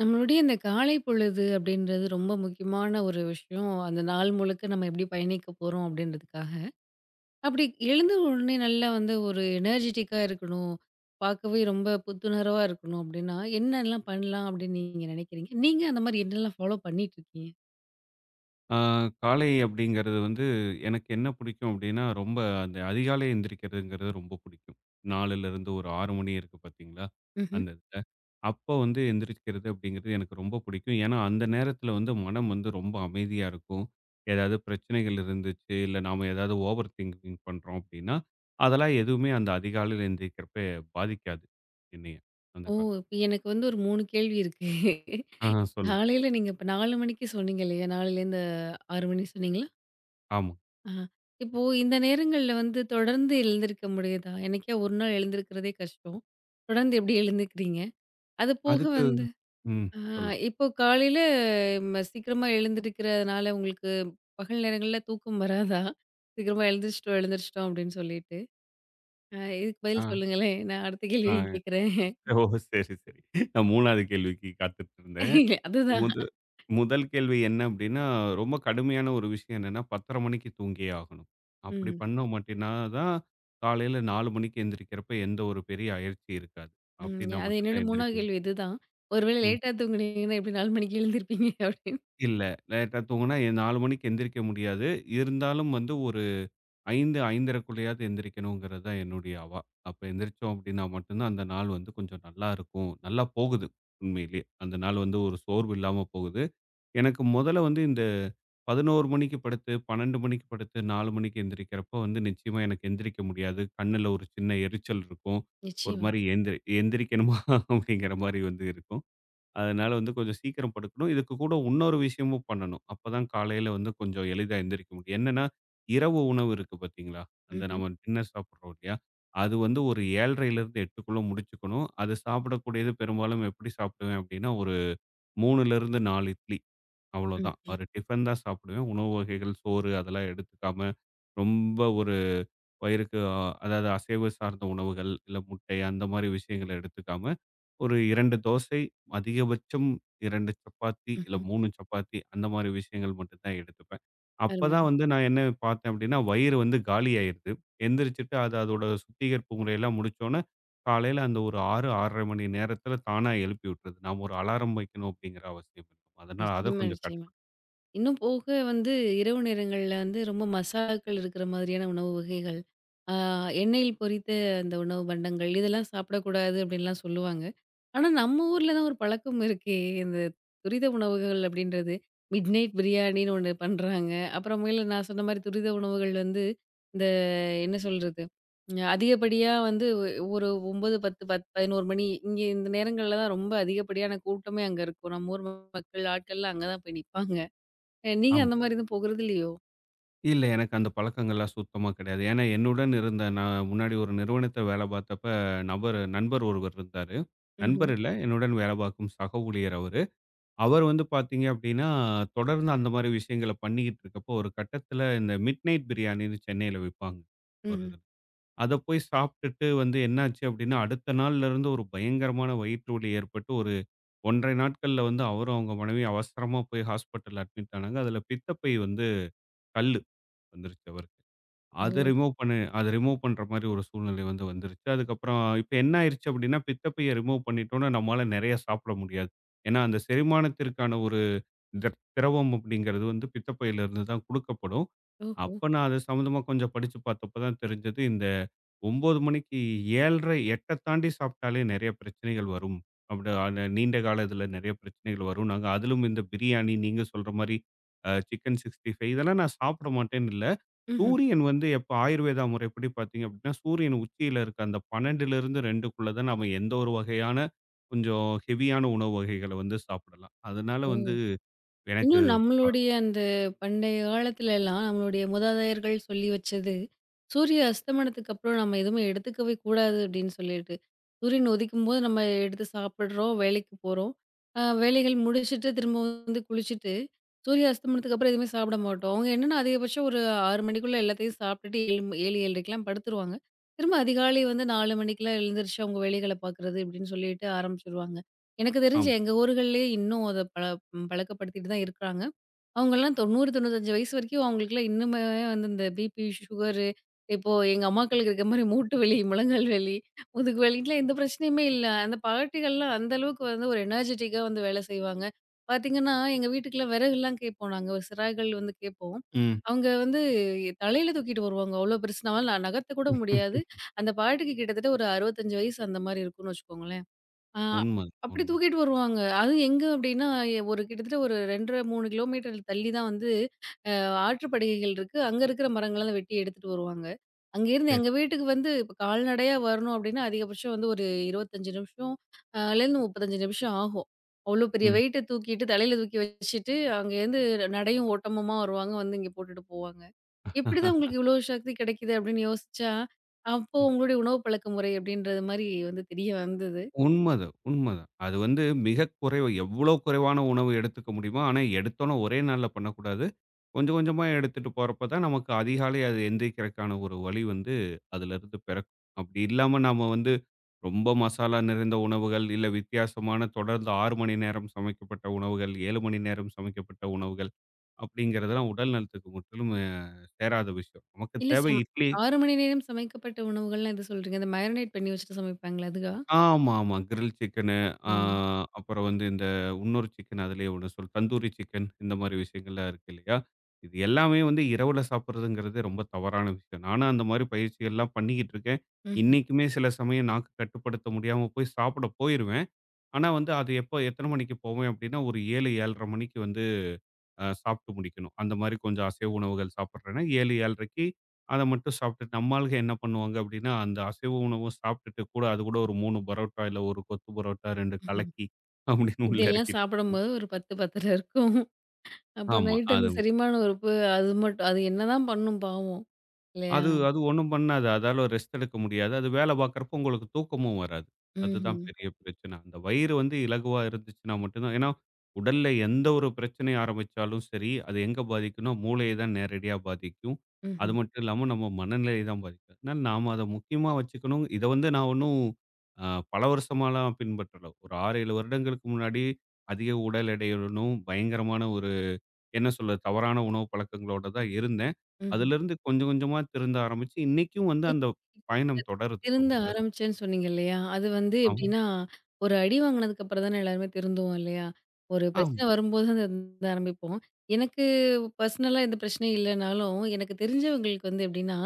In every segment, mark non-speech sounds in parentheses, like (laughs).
நம்மளுடைய இந்த காலை பொழுது அப்படின்றது ரொம்ப முக்கியமான ஒரு விஷயம். அந்த நாள் முழுக்க நம்ம எப்படி பயணிக்க போறோம் அப்படின்றதுக்காக. அப்படி எழுந்த உடனே நல்லா வந்து ஒரு எனர்ஜிட்டிக்கா இருக்கணும். பார்க்கவே ரொம்ப புத்துணர்வா இருக்கணும் அப்படின்னா, என்னெல்லாம் பண்ணலாம் அப்படின்னு நீங்க நினைக்கிறீங்க? நீங்க அந்த மாதிரி என்னெல்லாம் ஃபாலோ பண்ணிட்டு இருக்கீங்க? ஆ, காலை அப்படிங்கிறது வந்து எனக்கு என்ன பிடிக்கும் அப்படின்னா, ரொம்ப அந்த அதிகாலை எந்திரிக்கிறதுங்கிறது ரொம்ப பிடிக்கும். 4லேருந்து ஒரு 6 மணி இருக்கு பார்த்தீங்களா? ம்ஹ்ம். அந்த இதுல. அப்போ வந்து எந்திரிக்கிறது அப்படிங்கிறது எனக்கு ரொம்ப பிடிக்கும். ஏன்னா, அந்த நேரத்தில வந்து மனம் வந்து ரொம்ப அமைதியா இருக்கும். ஏதாவது பிரச்சனைகள் இருந்துச்சு, இல்ல நாம ஏதாவது ஓவர் திங்கிங் பண்றோம் அப்படின்னா, அதெல்லாம் எதுவுமே அந்த அதிகாலையில எந்திரிக்கிறப்ப பாதிக்காது என்னைய, அந்த ஓ! காலத்துல. இப்ப எனக்கு வந்து ஒரு 3 கேள்வி இருக்கு. ஆ சொல்லுங்க. காலையில நீங்க இப்ப 4 மணிக்கு சொன்னீங்க இல்லையா? 4லேருந்து 6 மணி சொன்னீங்களா? ஆமா. ஆ. இப்போ இந்த நேரங்கள்ல வந்து தொடர்ந்து எழுந்திருக்க முடியுதா? என்னைக்கா ஒரு நாள் எழுந்திருக்கிறதே கஷ்டம். தொடர்ந்து எப்படி எழுந்துக்கிறீங்க? அது போக அதுக்கு வந்து ம். ஆ சொல்லுங்க. இப்போ காலையில சீக்கிரமா எழுந்திருக்கிறதுனால உங்களுக்கு பகல் நேரங்கள்ல தூக்கம் வராதா? சீக்கிரமா எழுந்திரிச்சிட்டோம் எழுந்திரிச்சிட்டோம் அப்படின்னு சொல்லிட்டு. இதுக்கு ஆ, பதில் சொல்லுங்களேன். நான் அடுத்த ஆ. கேள்வியும் கேட்கிறேன். ஓ! சரி, சரி. நான் 3வது கேள்விக்கு காத்துட்டு இருந்தேன். அதுதான். முது முதல் கேள்வி என்ன அப்டின்னா, ரொம்ப கடுமையான ஒரு விஷயம் என்னன்னா, 10:30 மணிக்கு தூங்கியே ஆகணும். அப்டி ம். பண்ணோம் மாட்டினா தான், காலையில 4 மணிக்கு எந்திரிக்கிறப்ப எந்த ஒரு பெரிய அயற்சி இருக்காது. ம். அப்டின்னா அது மட்டும் என்னோட தான் 3வது எந்திரிக்கணும். கேள்வி இதுதான். ஒருவேளை ம். லேட்டா தூங்குனீங்கன்னா எப்படி 4 மணிக்கு எழுந்திருப்பீங்க அப்படின்னு. இல்ல. லேட்டா தூங்குனா 4 மணிக்கு எந்திரிக்க முடியாது. இருந்தாலும் வந்து ஒரு 5, 5 1/2க்குள்ளயாவது எந்திரிக்கணுங்கிறது தான் என்னுடைய அவா. அப்ப எந்திரிச்சோம் அப்படின்னா மட்டும் தான் அந்த நாள் வந்து கொஞ்சம் நல்லா இருக்கும். நல்லா போகுது உண்மையிலேயே. அந்த நாள் வந்து ஒரு சோர்வு இல்லாம போகுது. எனக்கு முதல்ல வந்து இந்த 11 மணிக்கு படுத்து, 12 மணிக்கு படுத்து 4 மணிக்கு எந்திரிக்கிறப்போ வந்து நிச்சயமா எனக்கு எந்திரிக்க முடியாது. கண்ணுல ஒரு சின்ன எரிச்சல் இருக்கும். ஒரு நிச்சயமா. மாரி எந்திரிக்கணுமா (laughs) அப்படிங்கிற மாரி வந்து இருக்கும். அதனால வந்து கொஞ்சம் சீக்கிரம் படுக்கணும். இதுக்கு கூட இன்னொரு விஷயமும் பண்ணணும். அப்பதான் காலையில வந்து கொஞ்சம் எளிதா எந்திரிக்க முடியும். என்னன்னா, இரவு உணவு இருக்கு பார்த்தீங்களா? அந்த ம்ஹ்ம். நம்ம டின்னர் சாப்பிடுறோம் இல்லையா? அது வந்து ஒரு 7:30லேருந்து 8க்குள்ள முடிச்சுக்கணும். அது சாப்பிடக்கூடியது பெரும்பாலும் எப்படி சாப்பிடுவேன் அப்படின்னா, ஒரு 3லேருந்து 4 இட்லி அவ்வளோதான். ம். ஒரு டிஃபன் தான் சாப்பிடுவேன். உணவு வகைகள், சோறு அதெல்லாம் எடுத்துக்காம ரொம்ப ஒரு வயிறுக்கு அதாவது அசைவு சார்ந்த உணவுகள், இல்ல முட்டை அந்த மாரி விஷயங்கள எடுத்துக்காம, ஒரு 2 தோசை, அதிகபட்சம் 2 சப்பாத்தி, இல்ல ம்ஹ்ம். 3 சப்பாத்தி அந்த மாரி விஷயங்கள் மட்டும் தான் எடுத்துப்பேன். அரும. அப்பதான் வந்து நான் என்ன பார்த்தேன் அப்படின்னா, வயிறு வந்து காலியாயிருது. எந்திரிச்சுட்டு அது அதோட சுத்திகரிப்பு முறையெல்லாம் முடிச்சோனே, காலையில அந்த ஒரு 6, 6 1/2 மணி நேரத்தில தானா எழுப்பி விட்டுருது. நாம ஒரு அலாரம் வைக்கணும் அப்படிங்கிற அவசியம் இல்ல. அதனால அத நிச்சயமா, கொஞ்சம் நிச்சயமா. கட்டுப்படுத்த இன்னும் போக வந்து இரவு நேரங்கள்ல வந்து ரொம்ப மசாலாக்கள் இருக்கிற மாதிரியான உணவு வகைகள், ஆ எண்ணெயில் பொரித்த அந்த உணவு பண்டங்கள், இதெல்லாம் சாப்பிடக்கூடாது அப்படின்லாம் சொல்லுவாங்க. ஆனா, நம்ம ஊர்ல தான் ஒரு பழக்கம் இருக்கே, இந்த துரித உணவுகள் அப்படின்றது. மிட்நைட் பிரியாணின்னு ஒண்ணு பண்றாங்க. அப்புறமேலு நான் சொன்ன மாரி துரித உணவுகள் வந்து, இந்த என்ன சொல்றது? அதிகப்படியா வந்து ஒரு 9, 10, 10 11 மணி இங்கே இந்த நேரங்கள்ல தான் ரொம்ப அதிகப்படியான கூட்டமே அங்க இருக்கும். நம்ம ஊர் மக்கள் ஆட்கள்லாம் அங்க தான் போய் நிப்பாங்க. நீங்க ஆமா. அந்த மாரி எதுவும் போகுறது இல்லையோ? இல்ல. எனக்கு அந்த பழக்கங்கள்லாம் சுத்தமா கிடையாது. ஏன்னா என்னுடன் இருந்த நான் முன்னாடி ஒரு நிறுவனத்துல வேலை பார்த்தப்ப நண்பர் ஒருவர் இருந்தாரு. ம்ஹ்ம். நண்பர் இல்ல, என்னுடன் வேலை பார்க்கும் சக ஊழியர் அவரு. அவர் வந்து பார்த்தீங்க அப்டின்னா, தொடர்ந்து அந்த மாரி விஷயங்கள பண்ணிக்கிட்டு இருக்கப்போ, ஒரு கட்டத்துல இந்த மிட் நைட் பிரியாணின்னு சென்னையில விப்பாங்க. ஒரு ம்ஹ்ம். இது. அத போய் சாப்ட்டுட்டு வந்து என்னாச்சு அப்டின்னா, அடுத்த நாள்லருந்து ஒரு பயங்கரமான வயிற்று வலி ஏற்பட்டு, ஒரு 1 1/2 நாட்கள்ல வந்து அவரும், அவங்க மனைவியும் அவசரமா போய் ஹாஸ்பிட்டல்ல அட்மிட் ஆனாங்க. அதுல பித்தப்பை வந்து கல்லு வந்துருச்சு அவருக்கு. ஓ! அத ரிமூவ் பண்ற மாரி ஒரு சூழ்நிலை வந்து வந்துருச்சு. அதுக்கப்புறம் இப்ப என்ன ஆயிருச்சு அப்டின்னா, பித்தப்பைய ரிமூவ் பண்ணிட்டோம்னா, நம்மால நெறைய சாப்பிட முடியாது. ஏன்னா, அந்த செரிமானத்திற்கான ஒரு திர திரவம் அப்டிங்கிறது வந்து பித்தப்பையில இருந்து தான் குடுக்கப்படும். ஓஹோ! அப்ப நான் அது சம்மந்தமா கொஞ்சம் படிச்சு பார்த்தப்ப தான் தெரிஞ்சது இந்த 9 மணிக்கு 7:30 8 தாண்டி சாப்பிட்டாலே நெறைய பிரச்சனைகள் வரும். அப்படி ஆன நீண்ட கால இதுல நெறைய பிரச்சனைகள் வரும். நாங்க அதிலும் இந்த பிரியாணி, நீங்க சொல்ற மாரி சிக்கன் 65 இதெல்லாம் நான் சாப்பிட மாட்டேன்னு இல்ல. ம்ஹ்ம். சூரியன் வந்து எப்ப ஆயுர்வேதா முறைப்படி பார்த்தீங்க அப்படின்னா, சூரியன் உச்சியில இருக்க அந்த 12லிருந்து 2க்குள்ள தான் நாம எந்த ஒரு வகையான கொஞ்சம் ஹெவியான உணவு வகைகள வந்து சாப்பிடலாம். அதனால ஓ! வந்து எனக்கு இன்னும் நம்மளுடைய அந்த பண்டைய காலத்துல எல்லாம் நம்மளுடைய மூதாதையர்கள் சொல்லி வச்சது, சூரிய அஸ்தமனத்துக்கு அப்புறம் நம்ம எதுவுமே எடுத்துக்கவே கூடாது அப்படின்னு சொல்லிட்டு. சூரியன் உதிக்கும்போது நம்ம எடுத்து சாப்பிடுறோம், வேலைக்கு போறோம். வேலைகள் முடிச்சுட்டு திரும்ப வந்து குளிச்சுட்டு, சூரிய அஸ்தமனத்துக்கு அப்புறம் எதுவுமே சாப்பிட மாட்டோம். அவங்க என்னன்னா அதிகபட்சம் ஒரு 6 மணிக்குள்ள எல்லாத்தையும் சாப்பிட்டுட்டு 7, 7:30க்கெல்லாம் படுத்துருவாங்க. திரும்ப அதிகாலை வந்து 4 மணிக்கெல்லாம் எழுந்திரிச்சு அவங்க வேலைகள பார்க்குறது இப்படின்னு சொல்லிட்டு ஆரம்பிச்சுருவாங்க. எனக்கு தெரிஞ்சு ஆமா. எங்க ஊர்கள்லயே இன்னும் அத பழ ம் பழக்கப்படுத்திட்டு தான் இருக்காங்க. அவங்கலாம் 90, 95 வயசு வரைக்கும் அவங்களுக்குலாம் இன்னுமே வந்து இந்த பிபி, சுகரு இப்போ எங்க அம்மாக்களுக்கு இருக்க மாரி மூட்டு வலி, முழங்கால் வலி, முதுகு வலிக்குலாம் எந்த பிரச்சனையுமே இல்ல. அந்த பாட்டிகள்லாம் அந்த அளவுக்கு வந்து ஒரு எனர்ஜெட்டிக்கா வந்து வேலை செய்வாங்க. பார்த்தீங்கன்னா, எங்க வீட்டுக்குலாம் விறகுலாம் கேட்போம் நாங்க. சிராய்கள் வந்து கேட்போம். ம். அவங்க வந்து தலையில தூக்கிட்டு வருவாங்க. அவ்ளோ பெருசு நம்மளால நகர்த்த கூட முடியாது. அந்த பாட்டிக்கு கிட்டத்தட்ட ஒரு 65 வயசு அந்த மாரி இருக்கும்னு வச்சுக்கோங்களேன். ஆ, உண்ம, அப்படி உண்ம. தூக்கிட்டு வருவாங்க. அதுவும் எங்க அப்படின்னா, ஒரு கிட்டத்தட்ட ஒரு 2 1/2, 3 கிலோமீட்டர் தள்ளி தான் வந்து அ ஆற்றுப்படுகைகள் இருக்கு. அங்க இருக்கிற மரங்களலாம் வெட்டி எடுத்துட்டு வருவாங்க. அங்கேருந்து சரி. எங்க வீட்டுக்கு வந்து இப்ப கால்நடையா வரணும் அப்படின்னா, அதிகபட்சம் வந்து ஒரு 25 நிமிஷம் லேருந்து 35 நிமிஷம் ஆகும். அவ்வளோ பெரிய ம். வெயிட்ட தூக்கிட்டு, தலையில தூக்கி வச்சுட்டு, அங்கேருந்து நடையும் ஓட்டமுமா வருவாங்க, வந்து இங்கே போட்டுட்டு போவாங்க. "எப்படிதான் உங்களுக்கு இவ்வளோ சக்தி கிடைக்குது?" அப்படின்னு யோசிச்சா, அப்போ உங்களுடைய உணவு பழக்க முறை அப்படின்றது மாரி வந்து தெரிய வந்தது. உண்மதான், உண்மதான். அது வந்து மிக குறைவு. எவ்வளோ குறைவான உணவு எடுத்துக்க முடியுமோ, ஆனா எடுத்தோனே ஒரே நாள்ல பண்ணக்கூடாது. கொஞ்சம் கொஞ்சமா எடுத்துட்டு போறப்ப தான் நமக்கு அதிகாலை அது எந்திரிக்கிறதுக்கான ஒரு வழி வந்து அதிலிருந்து பிறக்கும். அப்படி இல்லாம நாம வந்து ரொம்ப மசாலா நிறைந்த உணவுகள், இல்ல வித்தியாசமான தொடர்ந்து 6 மணி நேரம் சமைக்கப்பட்ட உணவுகள், 7 மணி நேரம் சமைக்கப்பட்ட உணவுகள் அப்படிங்கிறதெல்லாம் உடல் நலத்துக்கு முற்றிலும் சேராத விஷயம். நமக்கு இல்ல தேவை சம் இட்லி 6 மணி நேரம் சமைக்கப்பட்ட உணவுகள்லாம் எது சொல்றீங்க? இந்த மேரினேட் பண்ணி வச்சுட்டு சமைப்பாங்களே அதுவா? ஆமா, ஆமா. கிரில் சிக்கனு, ஆ ம். அப்புறம் வந்து இந்த இன்னொரு சிக்கன் அதிலேயே ஒண்ணு சொல் தந்தூரி சிக்கன் இந்த மாரி விஷயங்கள்லாம் இருக்கு இல்லையா? இது எல்லாமே வந்து இரவுல சாப்பிடுறதுங்கிறதே ரொம்ப தவறான விஷயம். நானும் அந்த மாரி பயிற்சிகள்லாம் பண்ணிக்கிட்டு இருக்கேன். ம்ஹ்ம், இன்னைக்குமே சில சமயம் நாக்கு கட்டுப்படுத்த முடியாம போய் சாப்பிட போயிருவேன். ஆனா வந்து அது எப்போ எத்தன மணிக்கு போவேன் அப்டின்னா, ஒரு 7, 7:30 மணிக்கு வந்து சாப்பிட்டு முடிக்கணும். அந்த மாரி கொஞ்சம் அசைவ உணவுகள் சாப்பிடுறேன்னா 7, 7:30க்கு அத மட்டும் சாப்பிட்டுட்டு நம்ம ஆளுங்க என்ன பண்ணுவாங்க அப்படின்னா, அந்த அசைவ உணவும் சாப்பிட்டுட்டு கூட அது கூட ஒரு 3 பரோட்டா, இல்ல ஒரு கொத்து பரோட்டா, 2 ம்ஹ்ம். கலக்கி அப்படின்னு உள்ள இதெல்லாம் இறக்கிட்டு சாப்பிடும்போது ஒரு 10, 10:30 இருக்கும். அப்போ ஆமா. நைட் அது அந்த செரிமான உறுப்பு அது மட்டும் அது என்னதான் பண்ணும் பாவம் இல்லையா? அது அது ஒண்ணும் பண்ணாது. அதால ரெஸ்ட் எடுக்க முடியாது. அது வேல பார்க்கறப்போ உங்களுக்கு தூக்கமும் வராது. அதுதான் ம்ஹ்ம், பெரிய பிரச்சனை. அந்த வயிறு வந்து இலகுவா இருந்துச்சுன்னா மட்டும் தான் ஏன்னா, உடல்ல எந்த ஒரு பிரச்சனை ஆரம்பிச்சாலும் சரி, அது எங்க பாதிக்கும்னா, மூளைய தான் நேரடியா பாதிக்கும். அது ம்ஹ்ம், மட்டும் இல்லாம நம்ம மனநிலைய தான் பாதிக்கும். அதனால நாம அத முக்கியமா வச்சுக்கணும். இத வந்து நான் ஒண்ணும் அ பல வருஷமாலாம் பின்பற்றல. ஒரு 6, 7 வருடங்களுக்கு முன்னாடி அதிக உடல் எடையுடனும் பயங்கரமான ஒரு என்ன சொல்ல தவறான உணவு பழக்கங்களோட தான் இருந்தேன். ம்ஹ்ம். அதிலிருந்து கொஞ்சம் கொஞ்சமா திருந்த ஆரம்பிச்சு, இன்னைக்கும் வந்து இ- அந்த இப்ப பயணம் தொடருது திருந்த அப்படின்னு தான் சொல்லணும். ஆரம்பிச்சேன்னு சொன்னீங்க இல்லையா? அது வந்து ஆமா, எப்டின்னா, ஒரு அடி வாங்குனதுக்கு அப்புறம் தானே எல்லாருமே திருந்துவோம் இல்லையா? ஒரு ஆமா. பிரச்சனை வரும்போது தான் திருந்த ஆரம்பிப்போம். எனக்கு பர்சனலா எந்த பிரச்சனையும் இல்லனாலும், எனக்கு தெரிஞ்சவங்களுக்கு வந்து எப்டின்னா,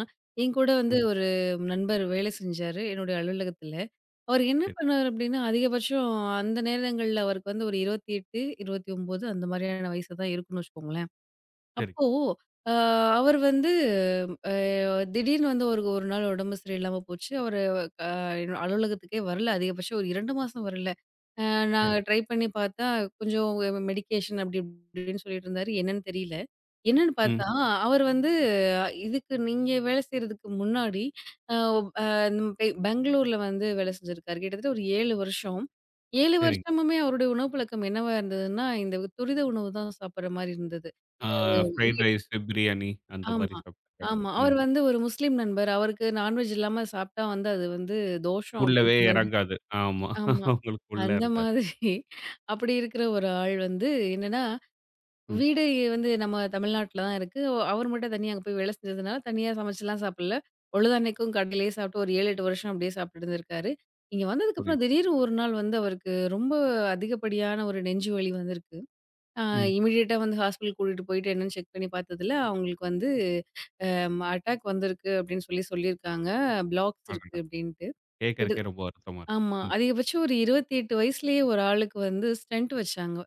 என் கூட வந்து ம். ஒரு நண்பர் வேலை செஞ்சாரு என்னுடைய அலுவலகத்தில. அவர் என்ன சரி, பண்ணாரு அப்டின்னா, அதிகபட்சம் அந்த நேரங்கள்ல அவருக்கு வந்து ஒரு 28, 29 அந்த மாரியான வயசு தான் இருக்கும்னு வச்சுக்கோங்களேன். சரி, அப்போ, அ அவர் வந்து அ திடீர்னு வந்து அவருக்கு ஒரு நாள் உடம்பு சரியில்லாம போச்சு. அவரு அலுவலகத்துக்கே வரல. அதிகபட்சம் ஒரு 2 மாசம் வரல. அ சரி. நான் ம். ட்ரை பண்ணி பார்த்தா, கொஞ்சம் மெடிகேஷன் அப்படி இப்படின்னு சொல்லிட்டு இருந்தாரு. என்னன்னு தெரியல. என்னன்னு ம். பார்த்தா, அவர் வந்து இதுக்கு நீங்க வேலை செய்றதுக்கு முன்னாடி, அ அ பெங்களூர்ல வந்து வேலை செஞ்சிருக்காரு. கிட்டத்தட்ட ஒரு 7 வருஷம். 7 சரிங்க. வருஷமுமே அவருடைய உணவு பழக்கம் என்னவா இருந்ததுன்னா, இந்த துரித உணவு தான் சாப்பிடுற மாரி இருந்தது. ஆ ஃப்ரைட் ரைஸ், பிரியாணி அந்த ஆமா. மாரி சாப்பிட்டுக்கறது. ஆமா. அவர் ம். வந்து ஒரு முஸ்லீம் நண்பர். அவருக்கு நான்வெஜ் இல்லாம சாப்ட்டா வந்து அது வந்து தோஷம் உள்ளவே அப்டின்ற மாதிரி. இறங்காது. ஆமா. ஆமா. உங்களுக்கு உள்ள அந்த இறங்காது. மாதிரி அப்படி இருக்கிற ஒரு ஆள் வந்து என்னன்னா, ம். வீடு வந்து நம்ம தமிழ்நாட்ல தான் இருக்கு. அவர் மட்டும் தனியா அங்க போய் வேலை செஞ்சதுனால, தனியா சமைச்சுலாம் சாப்பிடல. பொழுதன்னைக்கும் கடையிலேயே சாப்ட்டு ஒரு 7, 8 வருஷம் அப்படியே சாப்ட்டு இருந்திருக்காரு. இங்க வந்ததுக்கப்புறம் புரியுது. திடீர்னு ஒரு நாள் வந்து அவருக்கு ரொம்ப அதிகப்படியான ஒரு நெஞ்சு வலி வந்திருக்கு. அ ம். இமிடியேட்டா வந்து ஹாஸ்பிட்டல் கூட்டிட்டு போயிட்டு என்னன்னு செக் பண்ணி பார்த்ததுல, அவங்களுக்கு வந்து அட்டாக் வந்திருக்கு அப்படின்னு சொல்லியிருக்காங்க. ப்ளாக்ஸ் இருக்கு அடடா! அப்படின்ட்டு. இது கேட்கறக்கே ரொம்ப வருத்தமா இருக்கு. ஆமா. ம். அதிகபட்சம் ஒரு 28 வயசுலயே ஒரு ஆளுக்கு வந்து ஸ்டென்ட் வச்சாங்க.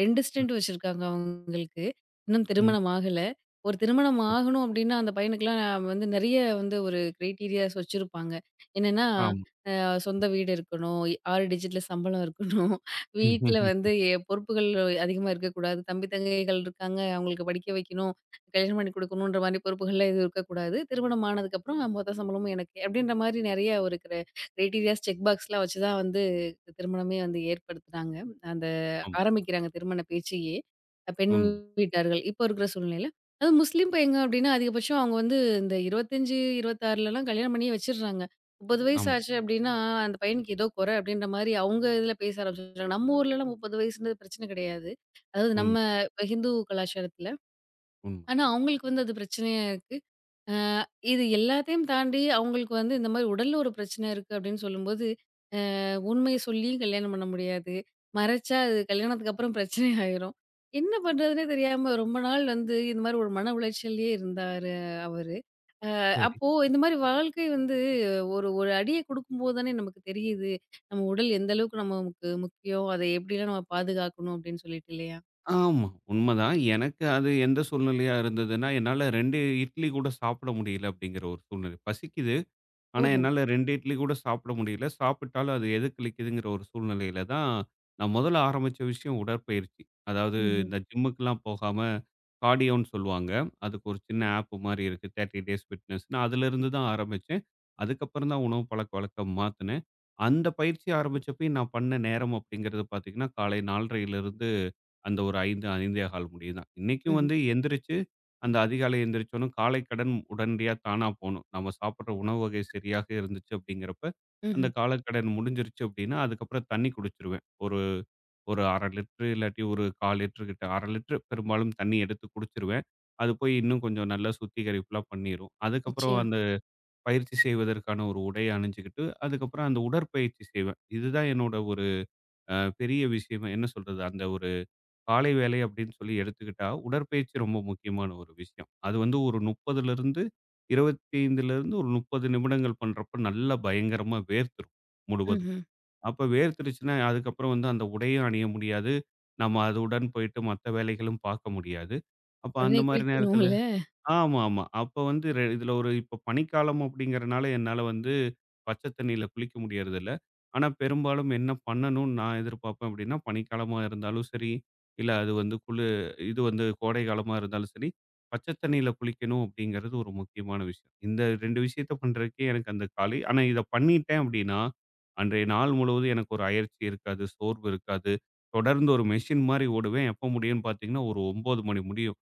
2 ம். ஸ்டென்ட் வச்சிருக்காங்க அவங்களுக்கு. இன்னும் ம். திருமணம் ஆகல. ஒரு திருமணம் புரியுது. ஆகணும் அப்படின்னா, அந்த பையனுக்கெல்லாம் நான் வந்து நெறைய வந்து ஒரு கிரைட்டீரியாஸ் வச்சிருப்பாங்க. என்னன்னா ஆமா. சொந்த வீடு இருக்கணும். 6 டிஜிட்ல சம்பளம் இருக்கணும். (laughs) (laughs) ம், வீட்ல ம், வந்து ம். பொறுப்புகள் அதிகமா இருக்கக்கூடாது. தம்பி, தங்கைகள் இருக்காங்க. அவங்களுக்கு படிக்க வைக்கணும். கல்யாணம் பண்ணி குடுக்கணுன்ற மாரி பொறுப்புகள்லாம் எதுவும் இருக்கக்கூடாது. திருமணம் ஆனதுக்கப்புறம் மொத்த சம்பளமும் எனக்கு. அப்படின்ற மாரி நெறைய ஒரு கிரைட்டீரியாஸ், செக் பாக்ஸ்லாம் வச்சு தான் வந்து திருமணமே வந்து ஏற்படுத்துனாங்க. ஆமா. ஆரம்பிக்கிறாங்க திருமண பேச்சையே. பெண் உண்ம. வீட்டார்கள் இப்போ இருக்கிற சூழ்நிலையில. அதுவும் முஸ்லீம் பையங்க அப்டின்னா அதிகபட்சம் அவங்க வந்து இந்த 25, 26லலாம் கல்யாணம் பண்ணியே வச்சுடுறாங்க. 30 வயசு ஆமா. ஆச்சு அப்டின்னா, அந்த பையனுக்கு ஏதோ குறை அப்டின்ற மாரி அவங்க இதுல பேச ஆரம்பிச்சுடுறாங்க. நம்ம ஊர்லலாம் 30 வயசுன்றது பிரச்சனை கிடையாது. அதாவது நம்ம உண்ம. ஹிந்து கலாச்சாரத்துல. உண்ம. ஆனா அவங்களுக்கு வந்து அது பிரச்சனையா இருக்கு. அ இது எல்லாத்தையும் தாண்டி அவங்களுக்கு வந்து இந்த மாரி உடல்ல ஒரு பிரச்சனை இருக்கு அப்டின்னு சொல்லும்போது, உண்மைய சொல்லி கல்யாணம் பண்ண முடியாது. மறைச்சா அது கல்யாணத்துக்கு அப்புறம் பிரச்சனை ஆயிரும். என்ன பண்றதுன்னே தெரியாம ரொம்ப நாள் வந்து இந்த மாரி ஒரு மன உளைச்சல்லயே இருந்தாரு அவரு. சரி. அப்போ இந்த மாரி வாழ்க்கை வந்து ஒரு ஒரு அடிய குடுக்கும்போது தானே நமக்கு தெரியுது. நம்ம உடல் எந்த அளவுக்கு நமக்கு முக்கியம். அத எப்படிலாம் நம்ம பாதுகாக்கணும் அப்படின்னு சொல்லிட்டு இல்லையா? ஆமா. உண்மதான். எனக்கு அது எந்த சூழ்நிலையா இருந்ததுன்னா, என்னால 2 இட்லி கூட சாப்பிட முடியல அப்படிங்கிற ஒரு சூழ்நிலை. பசிக்குது ஆனா, ஓஹோ! என்னால 2 இட்லி கூட சாப்பிட முடியல. சாப்பிட்டாலும் அது எதுக்களிக்குதுங்கிற ஒரு சூழ்நிலையில தான், நான் முதல்ல ஆரம்பிச்ச விஷயம் உடற்பயிற்சி. அதாவது ம்ஹ்ம். இந்த ஜிம்முக்குலாம் போகாம, கார்டியோன்னு சொல்லுவாங்க. அதுக்கு ஒரு சின்ன ஆப் மாரி இருக்கு. 30 டேஸ் ஃபிட்னஸ்ன்னு. அதிலிருந்து தான் ஆரம்பிச்சேன். அதுக்கப்புறம் தான் உணவு பழக்கவழக்கம் மாத்துனேன். அந்த பயிற்சி ஆரம்பிச்சப்பயும் நான் பண்ண நேரம் அப்படிங்கிறது பார்த்தீங்கன்னா, காலை 4:30லிருந்து அந்த ஒரு 5, 5:15 முடியும் தான். இன்னைக்கும் ம்ஹ்ம். வந்து எந்திரிச்சு அந்த அதிகாலை எந்திரிச்சோனே காலை கடன் உடனடியா தானா போணும். நம்ம சாப்பிடுற உணவு வகை சரியாக இருந்துச்சு அப்படிங்கிறப்ப, அந்த ம்ஹ்ம். கால கடன் முடிஞ்சிருச்சு அப்படின்னா, அதுக்கப்புறம் தண்ணி குடிச்சுருவேன். ஒரு ஒரு 1/2 லிட்டர் இல்லாட்டி ஒரு 1/4 லிட்டர் கிட்ட 1/2 லிட்டர் பெரும்பாலும் தண்ணி எடுத்து குடிச்சுருவேன். அது போய் இன்னும் கொஞ்சம் நல்லா சுத்திகரிப்புலாம் பண்ணிரும். அதுக்கப்புறம் நிச்சயமா. அந்த பயிற்சி செய்வதற்கான ஒரு உடைய அணிஞ்சுக்கிட்டு, அதுக்கப்புறம் அந்த உடற்பயிற்சி செய்வேன். இதுதான் என்னோட ஒரு பெரிய விஷயமா என்ன சொல்றது? அந்த ஒரு காலை வேலை அப்படின்னு சொல்லி எடுத்துக்கிட்டா, உடற்பயிற்சி ரொம்ப முக்கியமான ஒரு விஷயம். அது வந்து ஒரு 30லிருந்து 25லிருந்து ஒரு 30 நிமிடங்கள் பண்றப்ப நல்லா பயங்கரமா வேர்த்துரும் முழுவதும். ம்ஹ்ம். அப்ப வேர்த்துருச்சுன்னா, அதுக்கப்புறம் வந்து அந்த உடையும் அணிய முடியாது. நம்ம அதுவுடன் போயிட்டு மத்த வேலைகளும் பார்க்க முடியாது. அப்ப அந்த உடனே மாரி நேரத்தில குளிக்கணும்ல. ஆமாமா. அப்ப வந்து இதுல ஒரு இப்ப பனிக்காலம் அப்படிங்கிறனால என்னால வந்து பச்ச தண்ணீல குளிக்க முடியறதில்ல. ஆனா, பெரும்பாலும் என்ன பண்ணணும்னு நான் எதிர்பார்ப்பேன் அப்படின்னா, பனிக்காலமா இருந்தாலும் சரி, இல்ல அது வந்து இது வந்து கோடை காலமா இருந்தாலும் சரி, பச்ச தண்ணீல குளிக்கணும் அப்படிங்கிறது ஒரு முக்கியமான விஷயம். இந்த 2 விஷயத்த பண்றதுக்கே எனக்கு அந்த காலை ஆனா இத பண்ணிட்டேன் அப்படின்னா, அன்றைய நாள் முழுவதும் எனக்கு ஒரு அயர்ச்சி இருக்காது, சோர்வு இருக்காது. தொடர்ந்து ஒரு மெஷின் மாரி ஓடுவேன். எப்ப முடியும்னு பார்த்தீங்கன்னா, ஒரு 9 மணி முடியும்.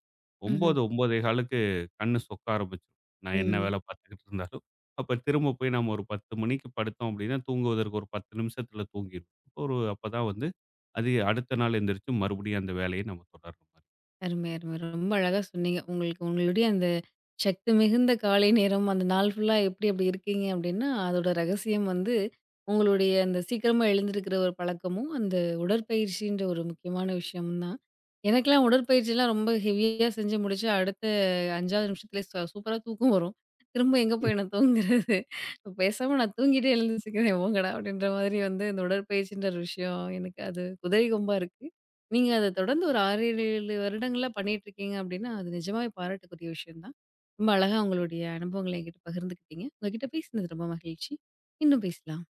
ம்ஹ்ம். 9, 9 1/4 கண்ணு சொக்க ஆரம்பிச்சுரும். நான் என்ன ம். வேலை பார்த்துக்கிட்டு இருந்தாலும். அப்ப திரும்ப போய் நாம ஒரு 10 மணிக்கு படுத்தோம் அப்படின்னா, தூங்குவதற்கு ஒரு 10 நிமிஷத்தில தூங்கிருவோம். ஒரு அப்பதான் வந்து அது அடுத்த நாள் எந்திரிச்சு மறுபடியும் அந்த வேலையை நம்ம தொடர்ற மாரி. அருமை, அருமை. ரொம்ப அழகா சொன்னீங்க. உங்களுக்கு உங்களுடைய அந்த சக்தி மிகுந்த காலை நேரம், அந்த நாள் ஃபுல்லா எப்படி அப்படி இருக்கீங்க அப்படின்னா, அதோட ரகசியம் வந்து உங்களுடைய அந்த சீக்கிரமா எழுந்திருக்கிற ஒரு பழக்கமும், அந்த உடற்பயிற்சின்ற ஒரு முக்கியமான விஷயமும் தான். எனக்கெல்லாம் உடற்பயிற்சிலாம் ரொம்ப ஹெவியா செஞ்சு முடிச்சா, அடுத்த 5வது நிமிஷத்துலயே சூப்பரா தூக்கம் வரும். திரும்ப எங்க ம். போய் நான் தூங்குறது? பேசாம நான் தூங்கிட்டே எழுந்துச்சுக்கிறேன் போங்கடா அப்படின்ற மாதிரி வந்து இந்த உடற்பயிற்சின்ற ஒரு விஷயம் எனக்கு அது குதிரை கொம்பா இருக்கு. நீங்க அத தொடர்ந்து ஒரு 6, 7 வருடங்களா பண்ணிட்டுருக்கீங்க அப்டின்னா, அது நிஜமாவே பாராட்டுக்குரிய விஷயம் தான். ரொம்ப அழகா உங்களுடைய அனுபவங்கள என்கிட்ட பகிர்ந்துக்கிட்டீங்க. உங்ககிட்ட பேசினது ரொம்ப மகிழ்ச்சி. இன்னும் பேசலாம்.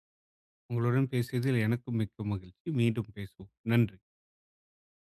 உங்களுடன் பேசியதில் எனக்கும் மிக்க மகிழ்ச்சி. மீண்டும் பேசுவோம். நன்றி.